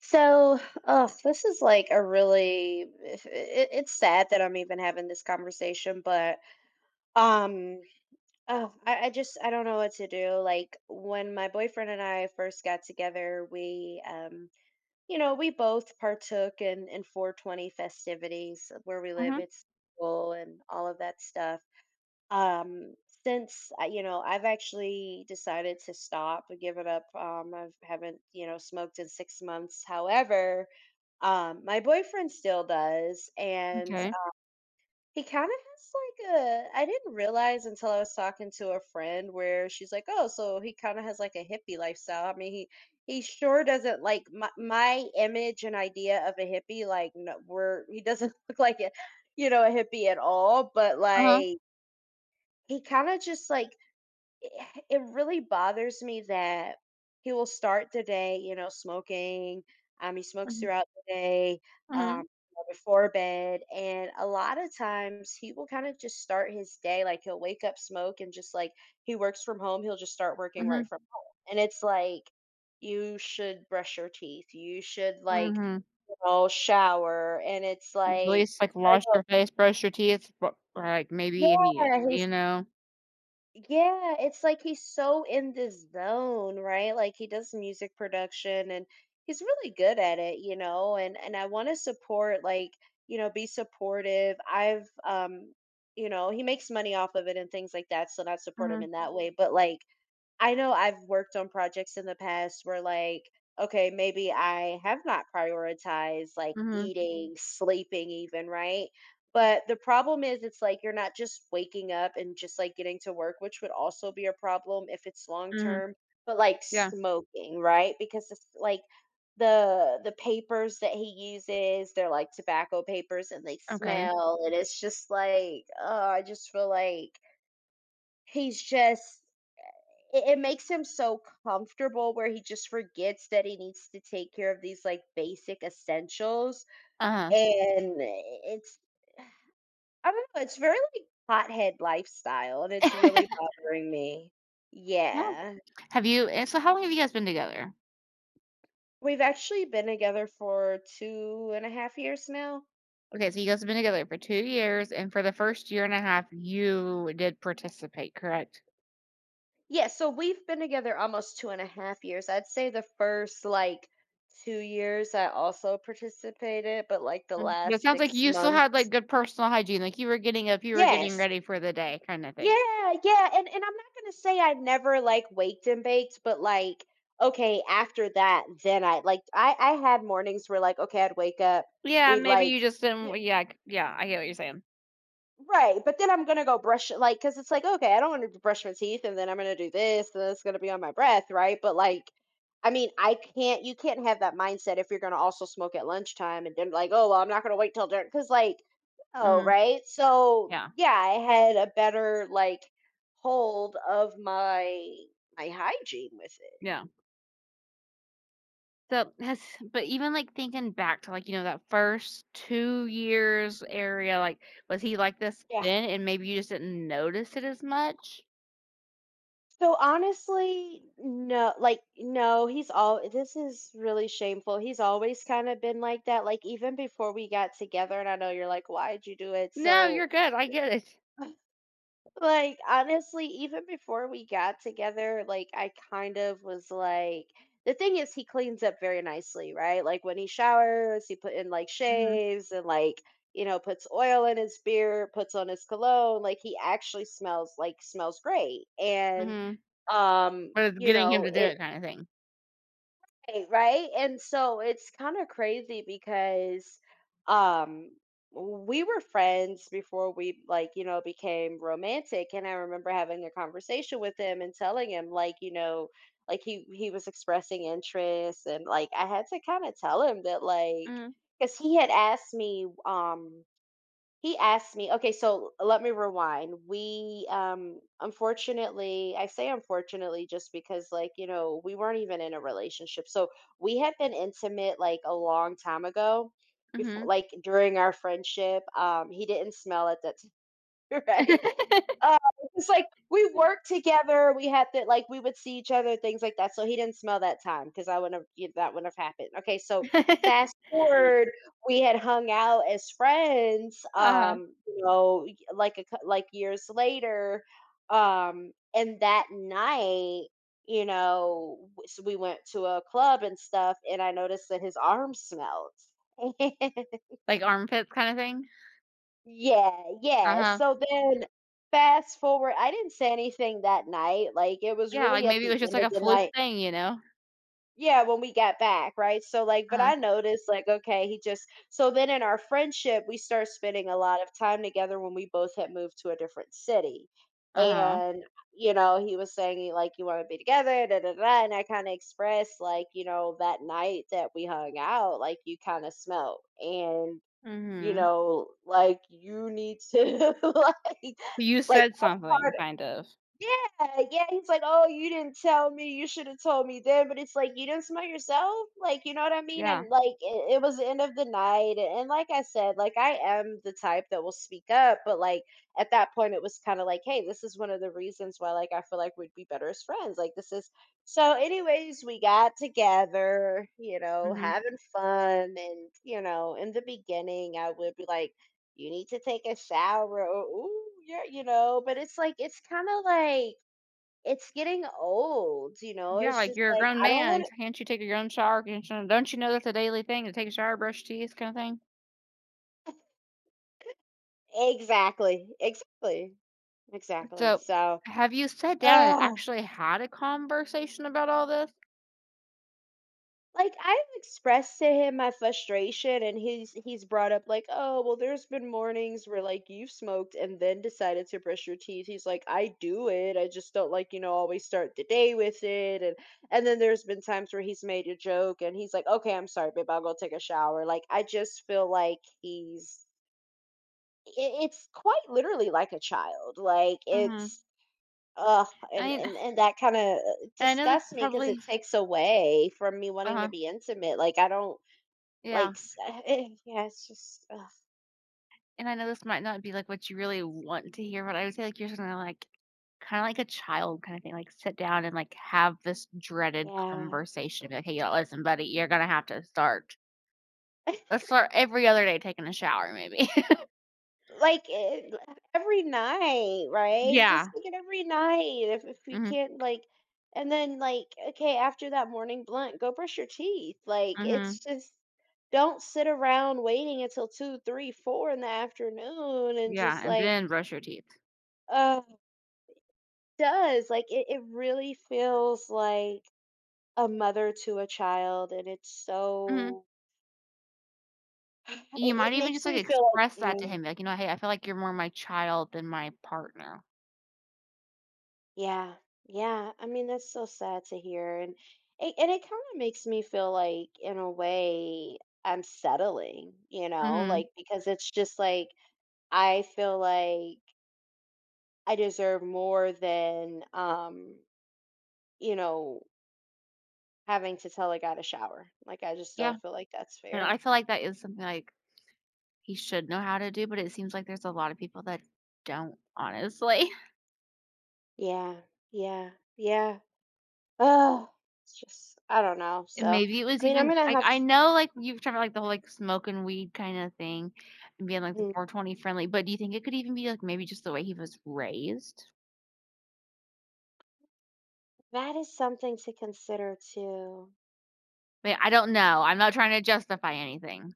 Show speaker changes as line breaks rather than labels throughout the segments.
So, oh, this is like a really it's sad that I'm even having this conversation, but um oh, I don't know what to do. Like when my boyfriend and I first got together, we you know, we both partook in 420 festivities where we live.
Mhm,
It's cool and all of that stuff. um you know, I've actually decided to stop and give it up. I haven't, you know, smoked in 6 months. However, my boyfriend still does, and
okay.
he kind of has like a I didn't realize until I was talking to a friend where she's like, oh, so he kind of has like a hippie lifestyle. I mean, he sure doesn't like my image and idea of a hippie. Like, no, we're he doesn't look like a you know a hippie at all, but
Uh-huh.
like he kind of just like it it really bothers me that he will start the day, you know, smoking. He smokes
Mhm,
throughout the day,
mhm,
you know, before bed, and a lot of times he will kind of just start his day. Like he'll wake up, smoke, and just like he works from home, he'll just start working right
mhm,
from home, and it's like you should brush your teeth, you should like,
mhm.
you know, shower, and it's
At
like
least, like,
I
wash
don't
your face, brush your teeth, but, like,
know,
maybe if you,
yeah,
you
he's
know?
yeah, it's like he's so in this zone, right? Like he does music production and he's really good at it, you know, and I want to support like, you know, be supportive. I've you know, he makes money off of it and things like that, so not support him
Mhm,
in that way, but like I know I've worked on projects in the past where like, okay, maybe I have not prioritized like
mhm,
eating, sleeping even, right? But the problem is it's like you're not just waking up and just like getting to work, which would also be a problem if it's long
mhm.
term, but like
Yeah,
smoking, right? Because it's like the papers that he uses, they're like tobacco papers and they
okay.
smell, and it's just like, oh, I just feel like he's just it, it makes him so comfortable where he just forgets that he needs to take care of these like basic essentials,
Uh-huh.
and it's I don't know, it's very like hothead lifestyle, and it's really bothering me.
Yeah.
Yeah,
Have you and So how long have you guys been together?
we've actually been together for two and a half years now.
Okay, so you guys have been together for 2 years, and for the first year and a half, you did participate, correct?
Yeah, so we've been together almost two and a half years. I'd say the first like 2 years I also participated, but like the
Mm. That
last
sounds like
six
you still had, like,
months
good personal hygiene, like, you were getting up, you were getting
Yes,
ready for the day kinda thing.
yeah, yeah, and I'm not gonna say I never like waked and baked, but like, okay, after that, then I like I had mornings where like, okay, I'd wake up,
Yeah,
we'd
maybe
like,
you just didn't, yeah, c yeah, I get what you're saying.
right, but then I'm gonna go brush it, like, cause it's like, okay, I don't want to brush my teeth, and then I'm gonna do this, and it's gonna be on my breath, right? But like, I mean, I can't, you can't have that mindset if you're gonna also smoke at lunchtime, and then like, oh, well, I'm not gonna wait till dinner, cause like, oh,
Mhm.
right. So
Yeah,
yeah, I had a better like hold of my hygiene with it.
yeah. So has But even, like, thinking back to, like, you know, that first 2 years area, like, was he like this
Yeah.
then and maybe you just didn't notice it as much?
So honestly, no, like no, he's all this is really shameful. He's always kind of been like that. Like even before we got together, and I know you're like, why'd you do it?
No,
So
you're good, I get it.
like, honestly, even before we got together, like, I kind of was like, the thing is, he cleans up very nicely, right? Like, when he showers, he put in like
Mhm,
shaves and like, you know, puts oil in his beard, puts on his cologne. Like, he actually smells like smells great. And,
mhm. But it's
you
getting him
know,
to do
it
it kinda thing.
right, right? And so it's kind of crazy because um we were friends before we like, you know, became romantic, and I remember having a conversation with him and telling him like, you know, like he was expressing interest and like I had to kind of tell him that like
Mhm,
cuz he had asked me okay, so let me rewind. We, unfortunately, I say unfortunately just because, like, you know, we weren't even in a relationship. So we had been intimate like a long time ago, before,
mhm.
like during our friendship. He didn't smell at that right? Uh, it's like we worked together. We had that, like we would see each other, things like that. So he didn't smell that time because I wouldn't have yeah, that wouldn't have happened. Okay, so fast forward, we had hung out as friends. You know, like years later, and that night, you know, so we went to a club and stuff, and I noticed that his arm smelled.
Like armpits kinda thing?
Yeah, yeah.
Uh-huh.
So then fast forward, I didn't say anything that night. Like it was
Yeah, like,
really at
maybe it
the
was just
end
like
of
a
the
fluke
night.
thing, you know?
Yeah, when we got back, right? So like but
Uh-huh,
I noticed like okay, he just so then in our friendship, we start spending a lot of time together when we both had moved to a different city.
uh-huh.
And you know, he was saying he, like you want to be together, da da da, and I kind of expressed like, you know, that night that we hung out, like you kind of smelled. You
Mhm.
know, like, you need to,
You
like,
said
that's
something,
part of
kind of.
yeah, yeah, he's like, "Oh, you didn't tell me, you should've told me then," but it's like, "You didn't smell yourself?" Like, you know what I mean?
Yeah,
And, like, it was the end of the night, and like I said, like, I am the type that will speak up, but, like, at that point, it was kinda like, "Hey, this is one of the reasons why, like, I feel like we'd be better as friends, like, this is." So, anyways, we got together, you know,
mhm.
having fun, and, you know, in the beginning, I would be like, you need to take a shower or ooh, you're you know, but it's like it's kind of like it's getting old, you know.
Yeah,
It's
like
just
you're a
like
grown
I don't
man.
want
Can't you take your own shower? Can't you Don't you know that's a daily thing to take a shower, brush your teeth, kind of thing?
to exactly, exactly, exactly.
So,
So,
have you sat down and
oh.
actually had a conversation about all this?
Like, I've expressed to him my frustration, and he's brought up like, "Oh, well, there's been mornings where, like, you've smoked and then decided to brush your teeth." He's like, "I do it. I just don't, like, you know, always start the day with it." And then there's been times where he's made a joke, and he's like, "Okay, I'm sorry, babe. I'll go take a shower." Like, I just feel like i- it's quite literally like a child. Like,
Mhm.
it's ugh,
I
and
mean,
that kind of
and I know this
disgusts me because
probably,
it takes away from me wanting
uh-huh,
to be intimate. Like I don't
yeah,
like, yeah, it's just ugh,
and I know this might not be like what you really want to hear, but I would say like you're gonna like kind of like a child kind of thing, like sit down and like have this dreaded
yeah.
conversation. Be like, hey, yo, listen, buddy, you're gonna have to start. Let's start every other day taking a shower, maybe.
Like, it every night, right?
Yeah.
Just like it every night if we
Mm-hmm.
can't, like and then, like, okay, after that morning blunt, go brush your teeth. Like,
Mm-hmm.
it's just don't sit around waiting until 2, 3, 4 in the afternoon and
Yeah,
just
and
like,
then brush your teeth.
uh, does, like, it really feels like a mother to a child, and it's
Mhm.
so it
You might
it
even just,
makes
like,
me feel
express
like
that to
yeah.
him, like, you know, "Hey, I feel like you're more my child than my partner."
Yeah, yeah. I mean, that's so sad to hear, and it kind of makes me feel like, in a way, I'm settling, you know,
Mhm.
like because it's just like I feel like I deserve more than, you know, having to tell a guy to shower. Like I just
Yeah,
don't feel like that's
and
fair.
I feel like that is something, like, he should know how to do, but it seems like there's a lot of people that don't, honestly.
Yeah, yeah, yeah. Oh, it's just I don't know.
And
So,
maybe it was
I mean, I'm
even
gonna
like,
have to.
I know, like, you've tried, like, the whole, like, smoking weed kinda thing and being, like, the
mm,
420 friendly, but do you think it could even be, like, maybe just the way he was raised?
That is something to consider too.
But I don't know. I'm not trying to justify anything.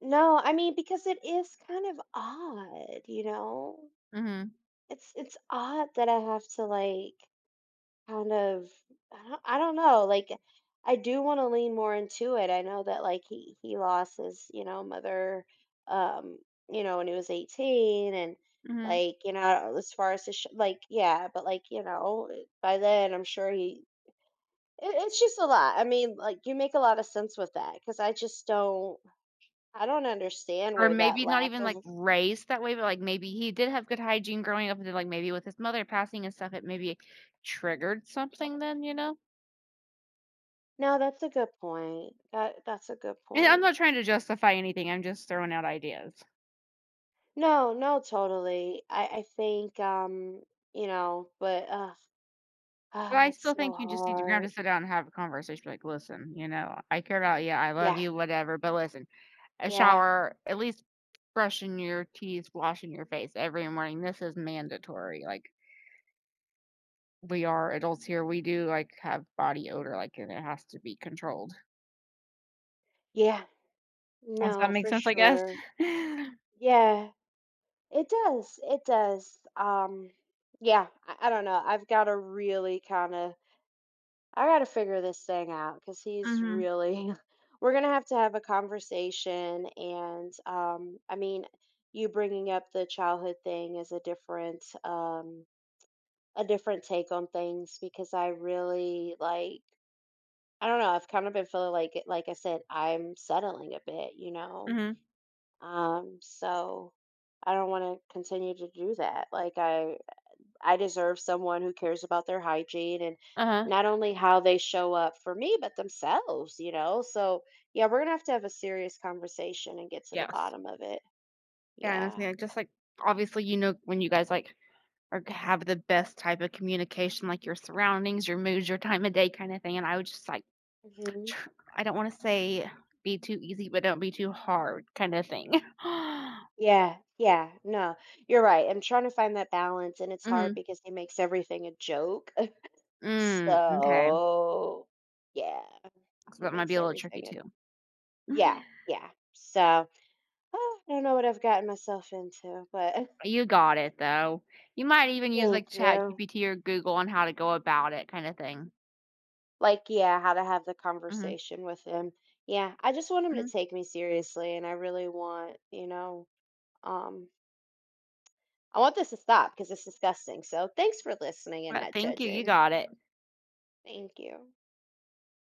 No, I mean, because it is kind of odd, you know?
Mhm.
It's odd that I have to like kind of I don't know, like I do want to lean more into it. I know that like he lost his, you know, mother um, you know, when he was 18, and
Mhm.
like, you know, as far as the sh like yeah, but like, you know, it- by then I'm sure he it, it's just a lot. I mean, like you make a lot of sense with that because I just don't I don't understand
Or
where that
maybe not
lack
even, like,
of
raised that way, but, like, maybe he did have good hygiene growing up and then, like, maybe with his mother passing and stuff, it maybe triggered something then, you know?
no, that's a good point. That that's a good
And I'm
point.
not trying to justify anything, I'm just throwing out ideas.
No, no, totally. I think you know, but
But I
ah, it's
still
so
think you just need to grab to
hard.
sit down and have a conversation, be like, "Listen, you know, I care about you, I love
Yeah,
you, whatever, but listen, a
yeah,
shower, at least brushing your teeth, washing your face every morning, this is mandatory, like, we are adults here, we do, like, have body odor, like, and it has to be controlled."
yeah.
Does that
No,
make
for
sense, I guess?
sure. Yeah, it does. It does. Yeah, I don't know. I've got to really kind of I got to figure this thing out because he's
Mhm,
really. We're gonna have to have a conversation, and I mean, you bringing up the childhood thing is a different take on things because I really like. I don't know. I've kind of been feeling like, it- like I said, I'm settling a bit, you know.
mhm,
So I don't want to continue to do that. I deserve someone who cares about their hygiene and
uh-huh.
not only how they show up for me, but themselves, you know? So, yeah, we're going to have a serious conversation and get to the
Yes.
bottom of it.
Yeah, and it's,
Yeah.
yeah, just, like, obviously, you know, when you guys, like, are have the best type of communication, like, your surroundings, your moods, your time of day kinda thing, and I would just, like,
Hmm.
tr I don't wanna say be too easy, but don't be too hard kinda thing.
Yeah. Yeah. No, you're right. I'm trying to find that balance, and it's hard
Mhm,
because he makes everything a joke.
mm, okay.
So, yeah,
So
he
that might be
makes
a little tricky
everything a
too.
yeah. Yeah. So, oh, I don't know what I've gotten myself into, but
You got it, though. You might even use,
thank
like, Chat
you.
GPT or Google on how to go about it kinda thing.
Like, yeah, how to have the
Mhm,
conversation with him. Yeah, I just want him to
mhm.
take me seriously, and I really want, you know, um, I want this to stop because it's disgusting. So thanks for listening and not
Thank you, you
judging.
got it.
Thank you.